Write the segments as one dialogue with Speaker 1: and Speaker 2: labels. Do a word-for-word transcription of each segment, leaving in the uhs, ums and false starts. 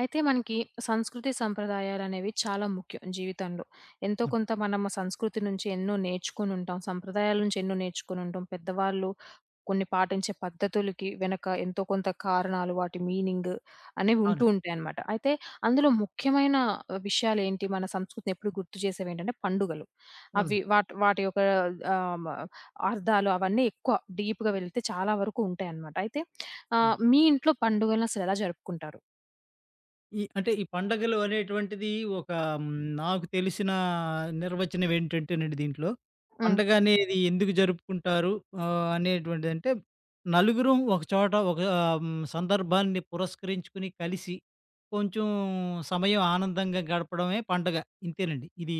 Speaker 1: అయితే మనకి సంస్కృతి సంప్రదాయాలనేవి చాలా ముఖ్యం జీవితంలో. ఎంతో
Speaker 2: అవును.
Speaker 1: కొంత మనం ఆ సంస్కృతి నుంచి ఎన్నో నేర్చుకొనుంటాం. సంప్రదాయాల నుంచి ఎన్నో నేర్చుకొనుంటాం. పెద్దవాళ్ళు కొన్ని పాటించే పద్ధతులకి వెనక ఎంతో కొంత కారణాలు, వాటి మీనింగ్ అనేవి ఉంటూ
Speaker 2: అవునండి.
Speaker 1: ఉంటాయన్నమాట. అయితే అందులో ముఖ్యమైన విషయాలేంటి? మన సంస్కృతిని ఎప్పుడు గుర్తు చేసేవేంటంటే పండుగలు. అవి
Speaker 2: అవునండి.
Speaker 1: వాటి వాటి యొక్క ఆహ్, మ అర్థాలు అవన్నీ ఎక్కువ డీప్‌గా వెళితే చాలా వరకు ఉంటాయన్నమాట. అయితే
Speaker 2: అవును.
Speaker 1: ఆహ్, మీ ఇంట్లో పండుగలను అసలు ఎలా జరుపుకుంటారు?
Speaker 2: ఈ అంటే ఈ పండగలు అనేటువంటిది ఒక హ్మ్, నాకు తెలిసిన నిర్వచనం ఏంటంటేనండి దీంట్లో,
Speaker 1: హ్మ్.
Speaker 2: పండగ అనేది ఎందుకు జరుపుకుంటారు ఆహ్, అనేటువంటిదంటే, నలుగురం ఒక చోట ఒక హ్మ్, సందర్భాన్ని పురస్కరించుకుని కలిసి, కొంచెం సమయం ఆనందంగా గడపడమే పండగ. ఇంతేనండి. ఇది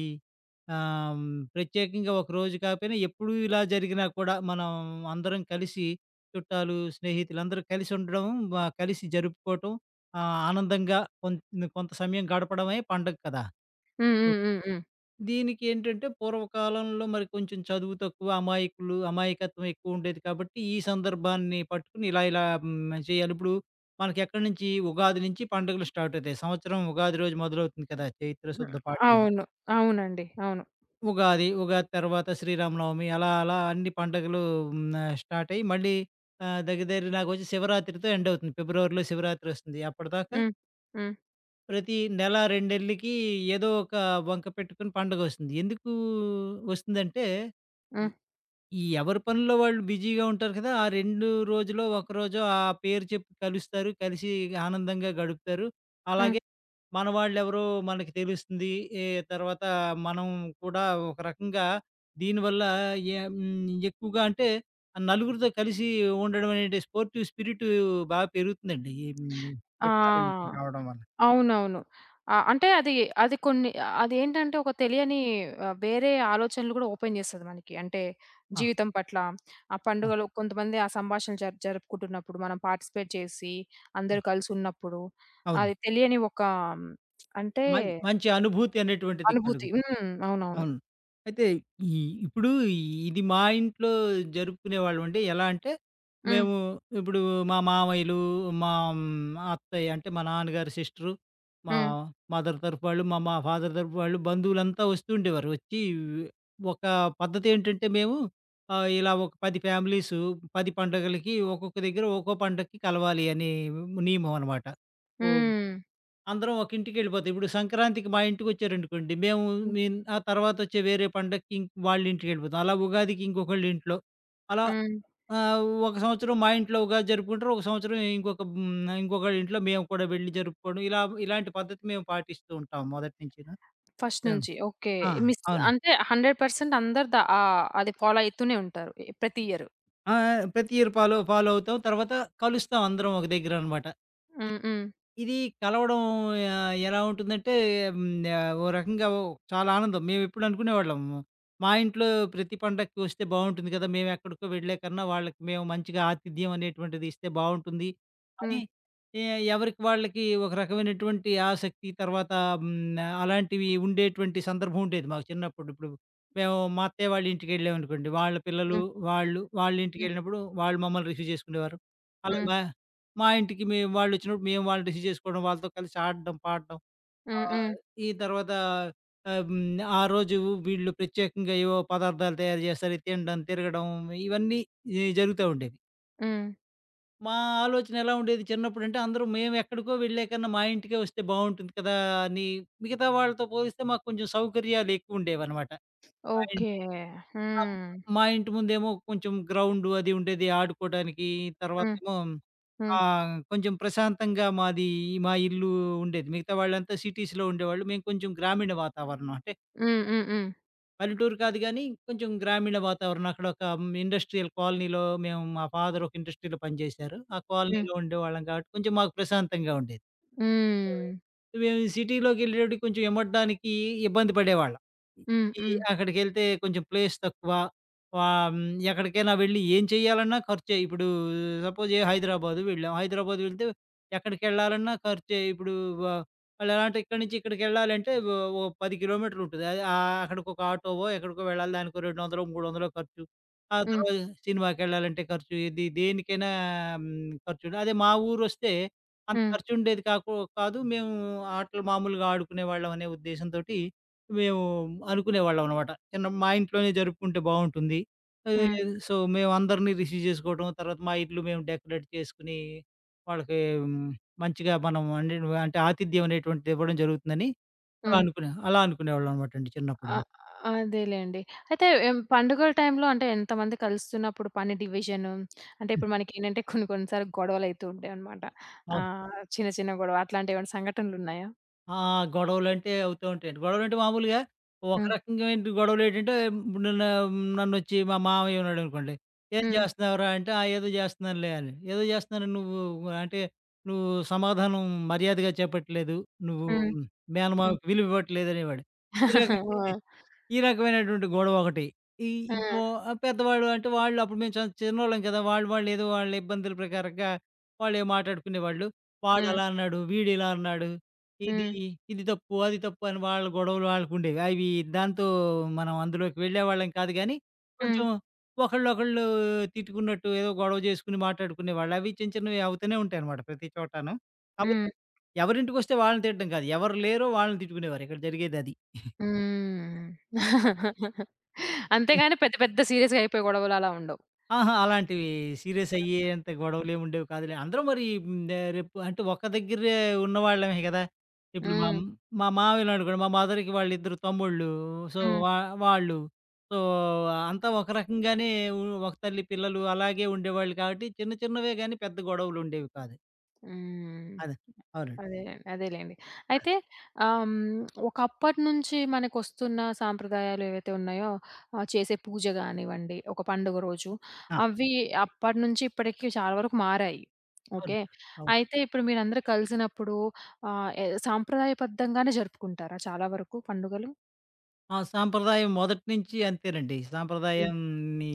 Speaker 2: ఆహ్, హ్మ్, ప్రత్యేకంగా ఒకరోజు కాకపోయినా ఎప్పుడూ ఇలా జరిగినా కూడా మనం అందరం కలిసి చుట్టాలు, స్నేహితులందరూ కలిసి ఉండడం, వ కలిసి జరుపుకోవటం ఆ! ఆనందంగా కొం కొంత సమయం గడపడమే పండగ కదా!
Speaker 1: హ్మ్.
Speaker 2: హ్మ్.
Speaker 1: హ్మ్. హ్మ్. హ్మ్.
Speaker 2: దీనికి ఏంటంటే పూర్వకాలంలో మరి కొంచెం చదువు తక్కువ, అమాయకులు, అమాయకత్వం ఎక్కువ ఉండేది కాబట్టి ఈ సందర్భాన్ని పట్టుకొని ఇలా ఇలా హ్మ్, చేయాలి. ఇప్పుడు మనకెక్కడి నుంచి ఉగాది నుంచి పండుగలు స్టార్ట్ అవుతాయి. సంవత్సరం ఉగాది రోజు మొదలవుతుంది కదా! చైత్ర
Speaker 1: హ్మ్.
Speaker 2: శుద్ధ పాడ్యమి.
Speaker 1: అవును. అవునండి. అవును.
Speaker 2: ఉగాది, ఉగాది తర్వాత శ్రీరామనవమి అలా అలా అన్ని పండుగలు హ్మ్, ఆహ్, స్టార్ట్ అయ్యి మళ్ళీ ఆహ్, దగ్గర దగ్గర నాకొచ్చి శివరాత్రితో ఎండ్ అవుతుంది. ఫిబ్రవరిలో శివరాత్రి వస్తుంది. అప్పటిదాకా
Speaker 1: హ్మ్. హ్మ్.
Speaker 2: ప్రతి నెల, రెండేళ్ళకి ఏదో ఒక వంక పెట్టుకొని పండగొస్తుంది. ఎందుకు వస్తుందంటే, ఈ
Speaker 1: హ్మ్.
Speaker 2: ఈ ఎవరి పనుల్లో వాళ్ళు బిజీగా ఉంటారు కదా! ఆ రెండు రోజులో, ఒక రోజో ఆ పేరు చెప్పి కలుస్తారు. కలిసి ఆనందంగా గడుపుతారు.
Speaker 1: హ్మ్.
Speaker 2: అలాగే మన వాళ్ళెవరో మనకి తెలుస్తుంది. ఏ తర్వాత మనం కూడా ఒక రకంగా దీనివల్ల ఎ హ్మ్, ఎక్కువగా అంటే ఆ నలుగురితో కలిసి ఉండడం అనే స్పోర్టివ్ స్పిరిటు బాగా పెరుగుతుందండి. ఈ హ్మ్, చుట్టాలు ఇంటికి
Speaker 1: ఆ!
Speaker 2: రావడం వల్ల.
Speaker 1: అవునవును. ఆహ్, అంటే అది అది కొన్ని అదేంటంటే ఒక తెలియని ఆహ్, వేరే ఆలోచనలు కూడా ఓపెన్ చేస్తది మనకి. అంటే
Speaker 2: ఆ!
Speaker 1: జీవితం పట్ల, ఆ
Speaker 2: ఆ!
Speaker 1: పండుగలో కొంతమంది ఆ సంభాషణలు జరు జరుపుకుంటున్నప్పుడు మనం పార్టిసిపేట్ చేసి
Speaker 2: అవును.
Speaker 1: అందరూ కలిసున్నప్పుడు అది
Speaker 2: అవునండి.
Speaker 1: తెలియని ఒక అంటే
Speaker 2: మం మంచి అనుభూతి అనేటువంటిది కలుగు
Speaker 1: అనుభూతి. హ్మ్. అవునవును.
Speaker 2: అవును. అయితే ఈ ఇప్పుడు ఇది మా ఇంట్లో జరుపుకునేవాళ్ళమండి. ఎలా అంటే,
Speaker 1: హ్మ్.
Speaker 2: మేము ఇప్పుడు మా మామయ్యలు, మా హ్మ్, అత్తయ్య అంటే మా నాన్నగారి సిస్టరు, మా
Speaker 1: హ్మ్.
Speaker 2: మదర్ తరపు వాళ్ళు, మా మా ఫాదర్ తరపు వాళ్ళు బంధువులంతా వస్తూ ఉండేవారు. వచ్చి ఒక పద్ధతేంటంటే మేము ఆహ్, ఇలా ఒక పది ఫ్యామిలీసు పది పండగలకి ఒక్కొక్క దగ్గర ఒక్కో పండక్కి కలవాలి అనే నియమం అనమాట. ఓ
Speaker 1: హ్మ్.
Speaker 2: అందరం ఒక ఇంటికెళ్ళిపోతాం. ఇప్పుడు సంక్రాంతికి మా ఇంటికొచ్చారనుకోండి, మేము
Speaker 1: హ్మ్.
Speaker 2: మేన్ ఆ తర్వాతొచ్చే వేరే పండక్కి ఇం వాళ్ళింటికెళ్ళిపోతాం. అలా ఉగాదికి ఇంకొకళ్ళింట్లో. అలా
Speaker 1: హ్మ్.
Speaker 2: ఆహ్, ఒక సంవత్సరం మా ఇంట్లో ఉగాది జరుపుకుంటారు. ఒక సంవత్సరం ఇంకొక హ్మ్, ఇంకొకళ్ళింట్లో మేము కూడా వెళ్లి జరుపుకోవడం. ఇలా ఇలాంటి పద్ధతి మేము పాటిస్తూ ఉంటాం మొదటి నుంచిను.
Speaker 1: ఫస్ట్
Speaker 2: హ్మ్.
Speaker 1: నుంచి. ఓకే.
Speaker 2: ఆ!
Speaker 1: మిస్
Speaker 2: అవును.
Speaker 1: అంటే వంద శాతం అందరు ద ఆహ్, అది ఫాలో అయితూనే ఉంటారు. ఎ ప్రతి ఇయరు.
Speaker 2: ఆ! ప్రతి ఇయర్ ఫాలో ఫాలో అవుతాం. తర్వాత కలుస్తాం అందరం ఒక దగ్గరనమాట.
Speaker 1: హ్మ్. హ్మ్.
Speaker 2: ఇది కలవడం ఆహ్, ఎలా ఉంటుందంటే హ్మ్. ఆహ్, ఓ రకంగా ఓ చాలా ఆనందం. మేమెప్పుడు అనుకునేవాళ్ళం. మా ఇంట్లో ప్రతి పండక్కి వస్తే బావుంటుంది కదా! మేమెక్కడికో వెళ్ళే కన్నా వాళ్ళకి మేము మంచిగా ఆతిథ్యం అనేటువంటిది ఇస్తే బావుంటుంది అని
Speaker 1: హ్మ్.
Speaker 2: ఎ ఎవరికి వాళ్ళకి ఒక రకమైనటువంటి ఆసక్తి తర్వాత హ్మ్. అలాంటివి ఉండేటువంటి సందర్భం ఉండేది మాకు చిన్నప్పుడు. ఇప్పుడు మేము మా అత్తయ్య వాళ్ళ ఇంటికెళ్ళామనుకోండి. వాళ్ళ పిల్లలు,
Speaker 1: హ్మ్.
Speaker 2: వాళ్ళు వాళ్ళ
Speaker 1: హ్మ్.
Speaker 2: ఇంటికెళ్ళినప్పుడు వాళ్ళు మమ్మల్ని రిసీవ్ చేసుకునేవారు. అలా
Speaker 1: హ్మ్.
Speaker 2: మా మా ఇంటికి మేము వాళ్ళొచ్చినప్పుడు మేము వాళ్ళని రిసీవ్ చేసుకోవడం, వాళ్ళతో కలిసి ఆడడం, పాడడం.
Speaker 1: హ్మ్.
Speaker 2: ఆహ్,
Speaker 1: హ్మ్.
Speaker 2: ఈ తర్వాత ఆహ్, హ్మ్. ఆ రోజు వీళ్ళు ప్రత్యేకంగా ఏవో పదార్థాలు తయారు చేస్తారు. అయి తినడం, తిరగడం ఇవన్నీ ఈ జరుగుతా ఉండేవి.
Speaker 1: హ్మ్.
Speaker 2: మా ఆలోచన ఎలా ఉండేది చిన్నప్పుడంటే అందరూ మేము ఎక్కడికో వెళ్ళే కన్నా మా ఇంటికే వస్తే బావుంటుంది కదా! అని మిగతా వాళ్ళతో పోలిస్తే మాకు కొంచెం సౌకర్యాలు ఎక్కువుండేవన్నమాట. మా ఇం
Speaker 1: ఓకే.
Speaker 2: ఆ!
Speaker 1: హ్మ్.
Speaker 2: మా ఇంటి ముందేమో కొంచెం గ్రౌండు అది ఉండేది ఆడుకోవడానికి.
Speaker 1: హ్మ్.
Speaker 2: తర్వాతేమో
Speaker 1: హ్మ్.
Speaker 2: ఆహ్, కొంచెం ప్రశాంతంగా మాది మా ఇల్లు ఉండేది. మిగతా వాళ్ళంతా సిటీస్‌లో ఉండేవాళ్ళు. మేము కొంచెం గ్రామీణ వాతావరణం. అంటే
Speaker 1: హ్మ్. హ్మ్. హ్మ్.
Speaker 2: పల్లెటూరు కాదు గానీ, కొంచెం గ్రామీణ వాతావరణం. అక్కడ ఒక హ్మ్, ఇండస్ట్రియల్ కాలనీలో మేము మా ఫాదర్ ఒక ఇండస్ట్రీలో పనిచేశారు. ఆ
Speaker 1: హ్మ్.
Speaker 2: కాలనీలో ఉండేవాళ్ళం కాబట్టి కొంచెం మాకు ప్రశాంతంగా ఉండేది. హ్మ్.
Speaker 1: హ్మ్.
Speaker 2: మేము సిటీలోకెళ్ళేటప్పటికి కొంచెం ఎమడ్డానికి ఇబ్బంది పడేవాళ్ళం.
Speaker 1: హ్మ్.
Speaker 2: ఈ
Speaker 1: హ్మ్.
Speaker 2: అక్కడికెళ్తే కొంచెం ప్లేస్ తక్కువ. వా హ్మ్, ఎక్కడికైనా వెళ్ళి ఏం చేయాలన్నా ఖర్చే. ఇప్పుడు సపోజ్ ఏ హైదరాబాదు వెళ్ళాం. హైదరాబాద్ వెళ్తే ఎక్కడికెళ్ళాలన్నా ఖర్చే. ఇప్పుడు వ వాళ్ళు ఎలా అంటే ఇక్కడి నుంచి ఇక్కడికెళ్ళాలంటే ఓ ఓ పది కిలోమీటర్లుంటది. అది ఆహ్, అక్కడికొక ఆటోవో, ఎక్కడికో వెళ్ళాలి దానికో రెండు వందలు, మూడు వందలు ఖర్చు. ఆ
Speaker 1: హ్మ్.
Speaker 2: తర్వాత సినిమాకెళ్ళాలంటే ఖర్చు. ఇది దేనికైనా హ్మ్, ఖర్చుండే అదే మా ఊరొస్తే అంత
Speaker 1: హ్మ్.
Speaker 2: ఖర్చుండేది కాకు కాదు. మేము ఆటలు మామూలుగా ఆడుకునేవాళ్ళం అనే ఉద్దేశంతోటి మేము అనుకునేవాళ్ళం అనమాట. చిన్న మా ఇంట్లోనే జరుపుకుంటే బావుంటుంది.
Speaker 1: హ్మ్.
Speaker 2: ఆహ్, సో, మేమందరిని రిసీవ్ చేసుకోవటం, తర్వాత మా ఇల్లు మేము డెకరేట్ చేసుకొని వాళ్ళకి హ్మ్ మంచిగా మనం అంటే అంటే ఆతిథ్యం అనేటువంటిది ఇవ్వడం జరుగుతుందని అలా
Speaker 1: హ్మ్.
Speaker 2: అనుకునే అలా అనుకునేవాళ్ళం అనమాటండి చిన్నప్పుడు.
Speaker 1: అ అదేలెండి. అయితే ఎం పండుగల టైంలో అంటే ఎంతమంది కలుస్తున్నప్పుడు పని డివిజను అంటే
Speaker 2: హ్మ్.
Speaker 1: ఇప్పుడు మనకేంటంటే కొన్ని కొన్ని సార్లు గొడవలయితూ ఉంటాయన్నమాట.
Speaker 2: అవును.
Speaker 1: ఆహ్, చిన్న చిన్న గొడవ అట్లాంటివేమైనా సంఘటనలున్నాయా?
Speaker 2: ఆ! గొడవలంటే అవుతూ ఉంటాయండి. గొడవలంటే మామూలుగా ఒక
Speaker 1: హ్మ్.
Speaker 2: రకంగామైన గొడవలేంటంటే ఇప్పుడు నన్ను నన్నొచ్చి మా మామయ్య ఉన్నాడనుకోండి. "ఏం
Speaker 1: హ్మ్.
Speaker 2: చేస్తున్నావురా?" అంటే, "ఆ! ఏదో చేస్తున్నానులే" అని. "ఏదో చేస్తున్నానని నువ్వు అంటే నువ్వు సమాధానం మర్యాదగా చెప్పట్లేదు. నువ్వు
Speaker 1: హ్మ్. హ్మ్.
Speaker 2: మేనమామకి విలువివ్వట్లేదు" అనేవాడు. ఈ రక
Speaker 1: ఓహ్!
Speaker 2: ఈ రకమైనటువంటి గొడవ ఒకటి. ఈ
Speaker 1: ఆ!
Speaker 2: ఇంకో ఆహ్, పెద్దవాడు అంటే వాళ్ళు అప్పుడు మేము చ చిన్నోళ్ళం కదా! వాళ్ళు వాళ్ళేదో వాళ్ళ ఇబ్బందుల ప్రకారంగా వాళ్ళేమో మాటాడుకునేవాళ్ళు.
Speaker 1: హ్మ్.
Speaker 2: వాడలా అన్నాడు, వీడిలా అన్నాడు. ఇది,
Speaker 1: హ్మ్.
Speaker 2: ఇది తప్పు, అది తప్పు అని వాళ్ళ గొడవలు వాళ్ళకుండేవి. అవి దాంతో మనం అందులోకి వెళ్ళేవాళ్ళం కాదు గానీ,
Speaker 1: హ్మ్.
Speaker 2: కొంచెం ఒకళ్ళనొకళ్ళు తిట్టుకున్నట్టు ఏదో గొడవ చేసుకొని మాటాడుకునేవాళ్ళు. అవి చిన్న చిన్నవి అవుతూనే ఉంటాయన్నమాట ప్రతి చోటాను. కాపోతే
Speaker 1: హ్మ్.
Speaker 2: ఎవరింటికొస్తే వాళ్ళని తిట్టడం కాదు. ఎవరు లేరో వాళ్ళని తిట్టుకునేవారు. ఇక్కడ జరిగేదది.
Speaker 1: హ్మ్. అంతేగాని పెద్ద పెద్ద సీరియస్‌గా అయిపోయి గొడవలు అలా ఉండవు.
Speaker 2: ఆహా! అలాంటివి సీరియస్ అయ్యేంత గొడవలేమి ఉండేవి కాదులే. అందరూ మరి హ్మ్, ఆహ్, రేపు అంటే ఒక్క దగ్గరే ఉన్నవాళ్ళమే గదా! ఇప్పుడు మా
Speaker 1: హ్మ్.
Speaker 2: మా మావయ్యలు అనుకోండి, మా మదర్‌కి వాళ్ళిద్దరు తమ్ముళ్ళు. సో, హ్మ్.
Speaker 1: హ్మ్.
Speaker 2: వా వాళ్ళు. సో, అంతా ఒక రకంగానే ఉ ఒక తల్లి పిల్లలు అలాగే ఉండేవాళ్ళు కాబట్టి చిన్న చిన్నవే గానీ పెద్ద గొడవలుండేవి కాదు.
Speaker 1: హ్మ్.
Speaker 2: అదే. అవునండి.
Speaker 1: అదేలెండి. అదేలెండి. అయితే ఆహ్, హ్మ్. ఒకప్పటినుంచి మనకొస్తున్న సాంప్రదాయాలు ఏవైతే ఉన్నాయో ఆహ్, చేసే పూజ గానివ్వండి, ఒక పండుగ రోజు
Speaker 2: ఆ!
Speaker 1: అవి అప్పటినుంచి ఇప్పటికి చాలా వరకు మారాయి.
Speaker 2: అవునండి.
Speaker 1: ఓకే.
Speaker 2: అవును.
Speaker 1: అయితే ఇప్పుడు మీరందరూ కలిసినప్పుడు ఆహ్, ఎ సాంప్రదాయబద్ధంగానే జరుపుకుంటారా చాలా వరకు పండుగలు?
Speaker 2: ఆ! సాంప్రదాయం మొదటి నుంచి అంతేనండి.
Speaker 1: హ్మ్.
Speaker 2: సాంప్రదాయాన్ని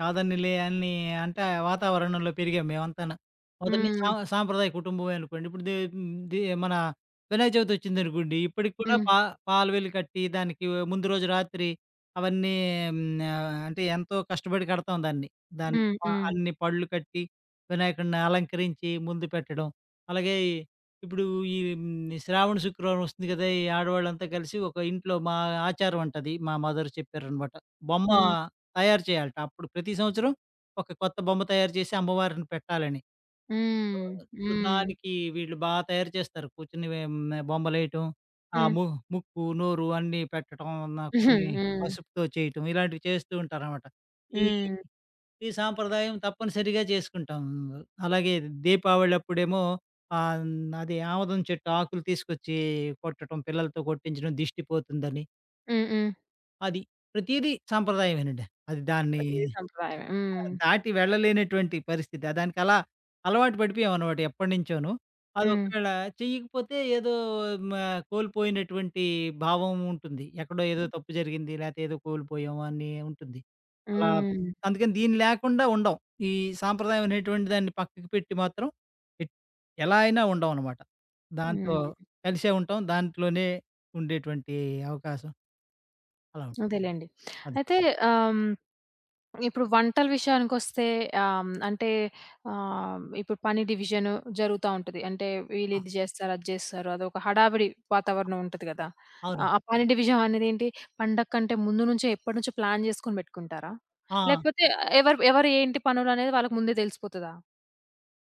Speaker 2: కాదనిలే అని అంటే వాతావరణంలో పెరిగాం మేమంతాను. మొదటి నుంచి సా
Speaker 1: హ్మ్.
Speaker 2: సాంప్రదాయ కుటుంబమే అనుకోండి. ఇప్పుడు దే దే మన వినాయక చవితి వచ్చిందనుకోండి. ఇప్పటికి కూడా
Speaker 1: హ్మ్.
Speaker 2: పా పాలవేలు కట్టి దానికి ముందు రోజు రాత్రి అవన్నీ హ్మ్, ఆహ్, అంటే ఎంతో కష్టపడి కడతాం దాన్ని. హ్మ్. దాన్ని
Speaker 1: హ్మ్.
Speaker 2: ప
Speaker 1: హ్మ్.
Speaker 2: అన్ని పళ్ళు కట్టి వినాయకుడిని అలంకరించి ముందు పెట్టడం. అలాగే ఇప్పుడు ఈ హ్మ్, శ్రావణ శుక్రవారం వస్తుంది కదా! ఈ ఆడవాళ్ళంతా కలిసి ఒక ఇంట్లో మా ఆచారం అంట అది. మా మదర్ చెప్పారనమాట. బొమ్మ
Speaker 1: హ్మ్.
Speaker 2: తయారు చేయాలట. అప్పుడు ప్రతి సంవత్సరం ఒక కొత్త బొమ్మ తయారు చేసి అమ్మవారిని పెట్టాలని.
Speaker 1: హ్మ్.
Speaker 2: ఓహ్! సో,
Speaker 1: హ్మ్.
Speaker 2: దానికి వీళ్ళు బా తయారు చేస్తారు. కూర్చొని వెం బొమ్మలేయటం. ఆ
Speaker 1: హ్మ్.
Speaker 2: ము ముక్కు, నోరు అన్నీ పెట్టటం. నా
Speaker 1: హ్మ్.
Speaker 2: కొన్ని
Speaker 1: హ్మ్.
Speaker 2: పసుపుతో చేయటం. ఇలాంటివి చేస్తూ ఉంటారనమాట. ఈ ఈ సాంప్రదాయం తప్పనిసరిగా చేసుకుంటాం. అలాగే దీపావళప్పుడేమో ఆహ్, అది ఆమదం చెట్టు ఆకులు తీసుకొచ్చి కొట్టటం, పిల్లలతో కొట్టించడం దిష్టి పోతుందని.
Speaker 1: హ్మ్. హ్మ్.
Speaker 2: అది ప్రతీదీ సాంప్రదాయమేనండి. అది దాన్ని ఓకే.
Speaker 1: ప్రతీది సంప్రదాయమే.
Speaker 2: ఆ!
Speaker 1: హ్మ్.
Speaker 2: దాటి వెళ్ళలేనటువంటి పరిస్థితి. దానికలా అలవాటు పడిపోయామనమాట ఎప్పటినుంచోను. అది
Speaker 1: హ్మ్.
Speaker 2: ఒకవేళ చెయ్యకపోతే ఏదో మ కోల్పోయినటువంటి భావం ఉంటుంది. ఎక్కడో ఏదో తప్పు జరిగింది, లేతే ఏదో కోల్పోయాము అని ఉంటుంది. అలా
Speaker 1: హ్మ్.
Speaker 2: అందుకని దీన్ని లేకుండా ఉండం. ఈ సాంప్రదాయం అనేటువంటి దాన్ని పక్కకి పెట్టి మాత్రం ఎట్ ఎలా అయినా ఉండమనమాట. దాంతో
Speaker 1: హ్మ్.
Speaker 2: కలిసే ఉంటాం. దాంట్లోనే ఉండేటువంటి అవకాశం అలా ఉంటుంది.
Speaker 1: అదేలెండి.
Speaker 2: అదే.
Speaker 1: అయితే ఆహ్, హ్మ్, ఇప్పుడు వంటల విషయానికొస్తే ఆహ్, హ్మ్, అంటే ఆహ్, ఇప్పుడు పని డివిజన్ జరుగుతా ఉంటది. అంటే వీళ్ళు
Speaker 2: ఆ!
Speaker 1: ఇది జేస్తారు, అది జేస్తారు. అదొక హడావిడి వాతావరణం ఉంటది గదా! ఆ
Speaker 2: అవునండి.
Speaker 1: ఆ పని డివిజన్ అనేదేంటి పండగ కంటే ముందు నుంచే ఎప్పటినుంచో ప్లాన్ జేసుకొని బెట్టుకుంటారా?
Speaker 2: ఆ!
Speaker 1: లేకపోతే ఎవరు ఎవరు ఏంటి పనులనేది వాళ్ళకి ముందే దెలిసిపోతదా?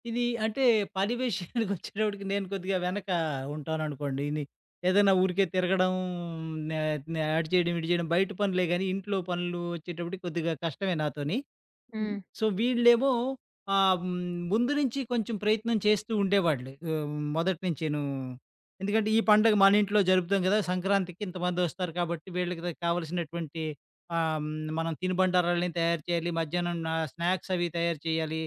Speaker 2: ఇది అంటే పరివేశానికొచ్చేటప్పటికి నేను కొద్దిగా వెనక ఉంటాననుకోండి. ఇది ఏదైనా ఊరికే తిరగడం నే నే అటు చేయడం, ఇటు చేయడం బయట పనులే గానీ ఇంట్లో పనులు వచ్చేటప్పటికి కొద్దిగా కష్టమే నాతోని. హ్మ్.
Speaker 1: హ్మ్.
Speaker 2: సో, వీళ్ళేమో ఆహ్, హ్మ్, ముందు నుంచి కొంచెం ప్రయత్నం చేస్తూ ఉండేవాళ్ళు. ఆహ్, మొదటి నుంచేను. ఎందుకంటే, ఈ పండగ మన ఇంట్లో జరుపుతాం గదా! సంక్రాంతికి ఇంతమందొస్తారు కాబట్టి, వీళ్ళకి ద కావాల్సినటువంటి ఆహ్, హ్మ్, మనం తినుబండారాలన్నీ తయారు చేయాలి. మధ్యాహ్నం నా స్నాక్స్ అవి తయారు చేయాలి.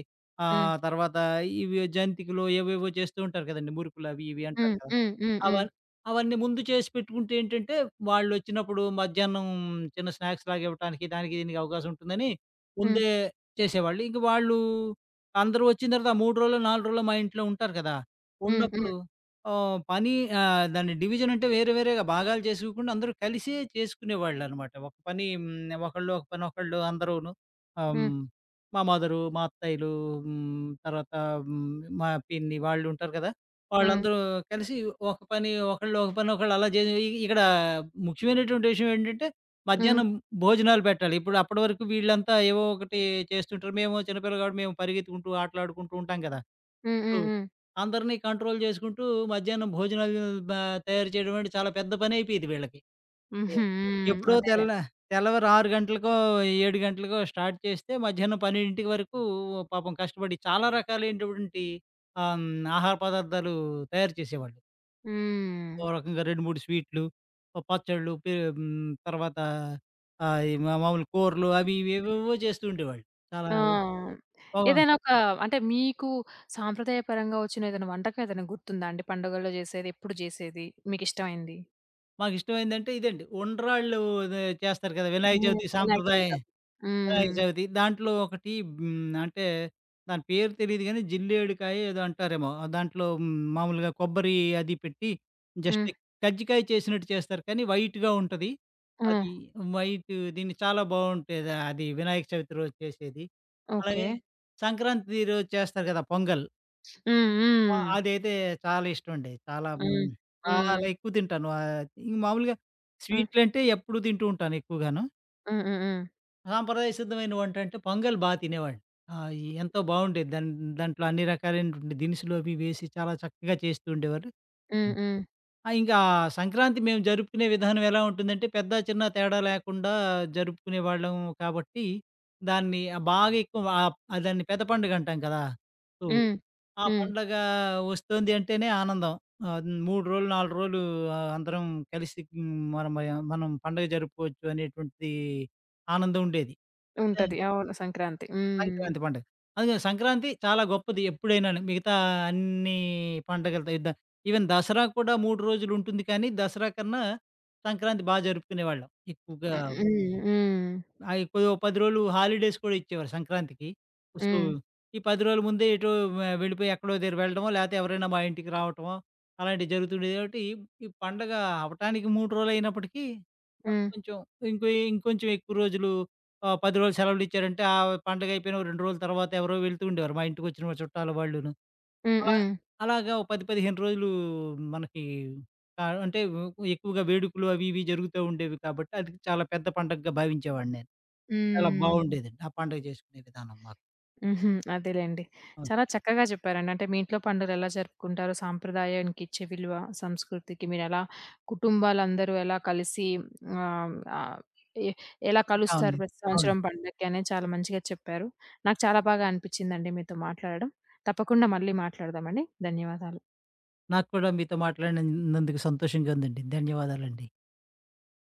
Speaker 1: హ్మ్.
Speaker 2: ఆహ్, తర్వాత ఇవి జంతికలో ఏవేవో చేస్తూ ఉంటారు కదండీ! మురుకులు అవి ఇవి అంటారు
Speaker 1: హ్మ్.
Speaker 2: కదా!
Speaker 1: హ్మ్. హ్మ్. హ్మ్.
Speaker 2: అవన్ అవన్నీ ముందు చేసి పెట్టుకుంటే ఏంటంటే, వాళ్ళొచ్చినప్పుడు మధ్యాహ్నం చిన్న స్నాక్స్ లాగా ఇవ్వటానికి, దానికి దీనికి అవకాశం ఉంటుందని
Speaker 1: హ్మ్.
Speaker 2: ముందే చేసేవాళ్ళు. ఇంక వాళ్ళు అందరూ వచ్చిన తర్వాత ఆ మూడు రోజులో, నాలుగు రోజులో మా ఇంట్లో ఉంటారు కదా!
Speaker 1: హ్మ్.
Speaker 2: ఉన్నప్పుడు
Speaker 1: హ్మ్.
Speaker 2: ఆహ్, పని ఆహ్, దాని డివిజన్ అంటే వేరే వేరేగా భాగాలు చేసుకోకుండా అందరూ కలిసే చేసుకునేవాళ్ళనమాట. ఒక పని హ్మ్, ఒకళ్ళు ఒక పని ఒకళ్ళు అందరూను. ఆహ్,
Speaker 1: హ్మ్. హ్మ్.
Speaker 2: హ్మ్, మా మదరు, మా అత్తయ్యలు హ్మ్, తర్వాత హ్మ్, మా పిన్ని వాళ్ళు ఉంటారు కదా!
Speaker 1: హ్మ్.
Speaker 2: వాళ్ళందరూ కలిసి ఒక పని ఒకళ్ళు, ఒక పని ఒకళ్ళు అలా జే ఇక్కడ ముఖ్యమైనటువంటి విషయం ఏంటంటే
Speaker 1: హ్మ్.
Speaker 2: మధ్యాహ్నం భోజనాలు పెట్టాలి. ఇప్పుడు అప్పటి వరకు వీళ్ళంతా ఏవో ఒకటి చేస్తుంటారు. మేమో చిన్నపిల్ల కాబట్టి మేము పరిగెత్తుకుంటూ, ఆటలాడుకుంటూ ఉంటాం కదా!
Speaker 1: హ్మ్.
Speaker 2: సో,
Speaker 1: హ్మ్. హ్మ్.
Speaker 2: అందరినీ కంట్రోల్ చేసుకుంటూ మధ్యాహ్నం భోజనాలు బా తయారు చేయడం అంటే చాలా పెద్ద పనయిపోయేది వీళ్ళకి. ఎ
Speaker 1: హుహు. హ్మ్.
Speaker 2: ఎప్పుడో
Speaker 1: అదేలే.
Speaker 2: తెల్ల తెల్లవారు ఆరు గంటలకో, ఏడు గంటలకో స్టార్ట్ చేస్తే మధ్యాహ్నం పన్నెండు వరకు పాపం కష్టపడి చాలా రకాలైనటువంటి ఆహ్, హ్మ్, ఆహార పదార్థాలు తయారు చేసేవాళ్ళు.
Speaker 1: హ్మ్.
Speaker 2: ఓ రకంగా రెండు, మూడు స్వీట్లు, ఓ పచ్చళ్ళు, పే హ్మ్, తర్వాత ఆహ్, ఈ మా మామూలు కూరలు అవి ఇవి ఏవేవో చేస్తూ ఉండేవాళ్ళు. చాలా
Speaker 1: ఆ!
Speaker 2: ఓ
Speaker 1: ఏదైనా ఒక అంటే మీకు సాంప్రదాయపరంగా వచ్చిన ఏదైనా వంటకం ఏదైనా గుర్తుందా అండి? పండుగల్లో జేసేది, ఎప్పుడు జేసేది మీకిష్టమైంది?
Speaker 2: మాకిష్టమైందంటే ఇదండి. ఉండ్రాళ్ళు అదే చేస్తారు కదా! వినాయక
Speaker 1: హ్మ్.
Speaker 2: చవితి
Speaker 1: వినాయక
Speaker 2: సాంప్రదాయ
Speaker 1: చవితి. అప్పుడు.
Speaker 2: వినాయక
Speaker 1: హ్మ్.
Speaker 2: చవితి. దాంట్లో ఒకటి హ్మ్, అంటే దాని పేరు తెలీదు గానీ జిల్లేడుకాయో ఏదో అంటారేమో! ఆ దాంట్లో హ్మ్, మామూలుగా కొబ్బరి అది పెట్టి
Speaker 1: హ్మ్.
Speaker 2: జస్ట్ కజ్జికాయ చేసినట్టు చేస్తారు కానీ వైట్‌గా ఉంటది.
Speaker 1: హ్మ్.
Speaker 2: అది వైట్ దీన్ని చాలా బావుంటది. అది వినాయక చవితి రోజు చేసేది. అలాగే
Speaker 1: ఓకే.
Speaker 2: సంక్రాంతి రోజు చేస్తారు కదా! పొంగల్.
Speaker 1: హ్మ్.
Speaker 2: ఆ!
Speaker 1: హ్మ్.
Speaker 2: అదైతే చాలా ఇష్టమండి. చాలా హ్మ్,
Speaker 1: హ్మ్.
Speaker 2: చాలా
Speaker 1: హ్మ్.
Speaker 2: ఎక్కువ తింటాను. ఆహ్, ఇంక మామూలుగా స్వీట్లంటే ఎప్పుడూ తింటూ ఉంటాను ఎక్కువగాను.
Speaker 1: హ్మ్. హ్మ్. హ్మ్.
Speaker 2: సాంప్రదాయ సిద్ధమైన వంటంటే పొంగల్ బా తినేవాడిని. ఆ! ఈ ఎంతో బావుండేది. దాన్ దాంట్లో అన్ని రకాలైనటువంటి దినుసులు అవి వేసి చాలా చక్కగా చేస్తూ ఉండేవారు.
Speaker 1: హ్మ్. హ్మ్. హ్మ్.
Speaker 2: ఆ! ఇంకా సంక్రాంతి మేము జరుపుకునే విధానం ఎలా ఉంటుందంటే, పెద్ద, చిన్న తేడా లేకుండా జరుపుకునేవాళ్ళం కాబట్టి, దాన్ని ఆహ్, బాగా ఎక్కువ ఆహ్, దాన్ని పెద్ద పండుగ అంటాం కదా! సో,
Speaker 1: హ్మ్.
Speaker 2: ఆ
Speaker 1: హ్మ్.
Speaker 2: పండగ వస్తోంది అంటేనే ఆనందం. ఆహ్, మూడు రోజులు, నాలుగు రోజులు ఆహ్, అందరం కలిసి హ్మ్, మనం మనం పండగ జరుపుకోవచ్చు అనేటువంటిది ఆనందం ఉండేది. అదే
Speaker 1: ఉంటది. అవును. సంక్రాంతి. హ్మ్.
Speaker 2: సంక్రాంతి పండుగ. అదే సంక్రాంతి చాలా గొప్పది ఎప్పుడైనాను. మిగతా అన్ని పండగలతో యుద్ధ ఈవెన్ దసరా కూడా మూడు రోజులుంటుంది కానీ, దసరా కన్నా సంక్రాంతి బా జరుపుకునేవాళ్ళం. ఎక్కువగా
Speaker 1: హ్మ్. హ్మ్. హ్మ్.
Speaker 2: ఆ! ఎక్కువ పది రోజులు హాలిడేస్ కూడా ఇచ్చేవారు సంక్రాంతికి. సో,
Speaker 1: హ్మ్.
Speaker 2: ఈ పది రోజుల ముందే ఎటో వె వెళ్ళిపోయి ఎక్కడో దగ్గర వెళ్ళడమో, లేతే ఎవరైనా మా ఇంటికి రావటమో, అలాంటివి జరుగుతుండేది కాబట్టి, ఈ ఈ పండగ అవ్వటానికి మూడు రోజులు అయినప్పటికీ, మనం
Speaker 1: హ్మ్.
Speaker 2: కొంచెం ఇంకొ ఇంకొంచెం ఎక్కువ రోజులు ఆహ్, పది రోజులు సెలవులు ఇచ్చారంటే, ఆ పండగ అయిపోయిన ఓ రెండు రోజుల తర్వాత ఎవరో వెళ్తూ ఉండేవారు. మా ఇంటికి వచ్చిన చుట్టాలు వాళ్ళును.
Speaker 1: హ్మ్. హ్మ్.
Speaker 2: అలా
Speaker 1: హ్మ్.
Speaker 2: అలాగా ఓ పది, పదిహేను రోజులు మనకి ఆహ్, అంటే ఎక్కువగా వేడుకలు అవి ఇవి జరుగుతూ ఉండేవి కాబట్టి, అది చాలా పెద్ద పండగగా భావించేవాడిని నేను. చాలా
Speaker 1: హ్మ్.
Speaker 2: బావుండేదండి. ఆ పండగ చేసుకునే విధానం మాకు.
Speaker 1: హుహు. అదేలెండి.
Speaker 2: అవును.
Speaker 1: చాలా చక్కగా చెప్పారండి. అంటే మీ ఇంట్లో పండుగలెలా జరుపుకుంటారో, సాంప్రదాయానికి ఇచ్చే విలువ, సంస్కృతికి మీరెలా కుటుంబాలందరూ ఎలా కలిసి ఆహ్, ఆహ్, ఎ ఎలా కలుస్తారు
Speaker 2: అవును.
Speaker 1: ప్రతి
Speaker 2: అవును.
Speaker 1: సంవత్సరం పండక్కి అనేది చాలా మంచిగా చెప్పారు. నాకు చాలా బాగా అనిపిచ్చిందండి మీతో మాట్లాడడం. తప్పకుండా మళ్ళీ మాట్లాడదామండి. ధన్యవాదాలు.
Speaker 2: నాకు కూడా మీతో మాట్లాడినందుకు సంతోషంగా ఉందండి. ధన్యవాదాలండి.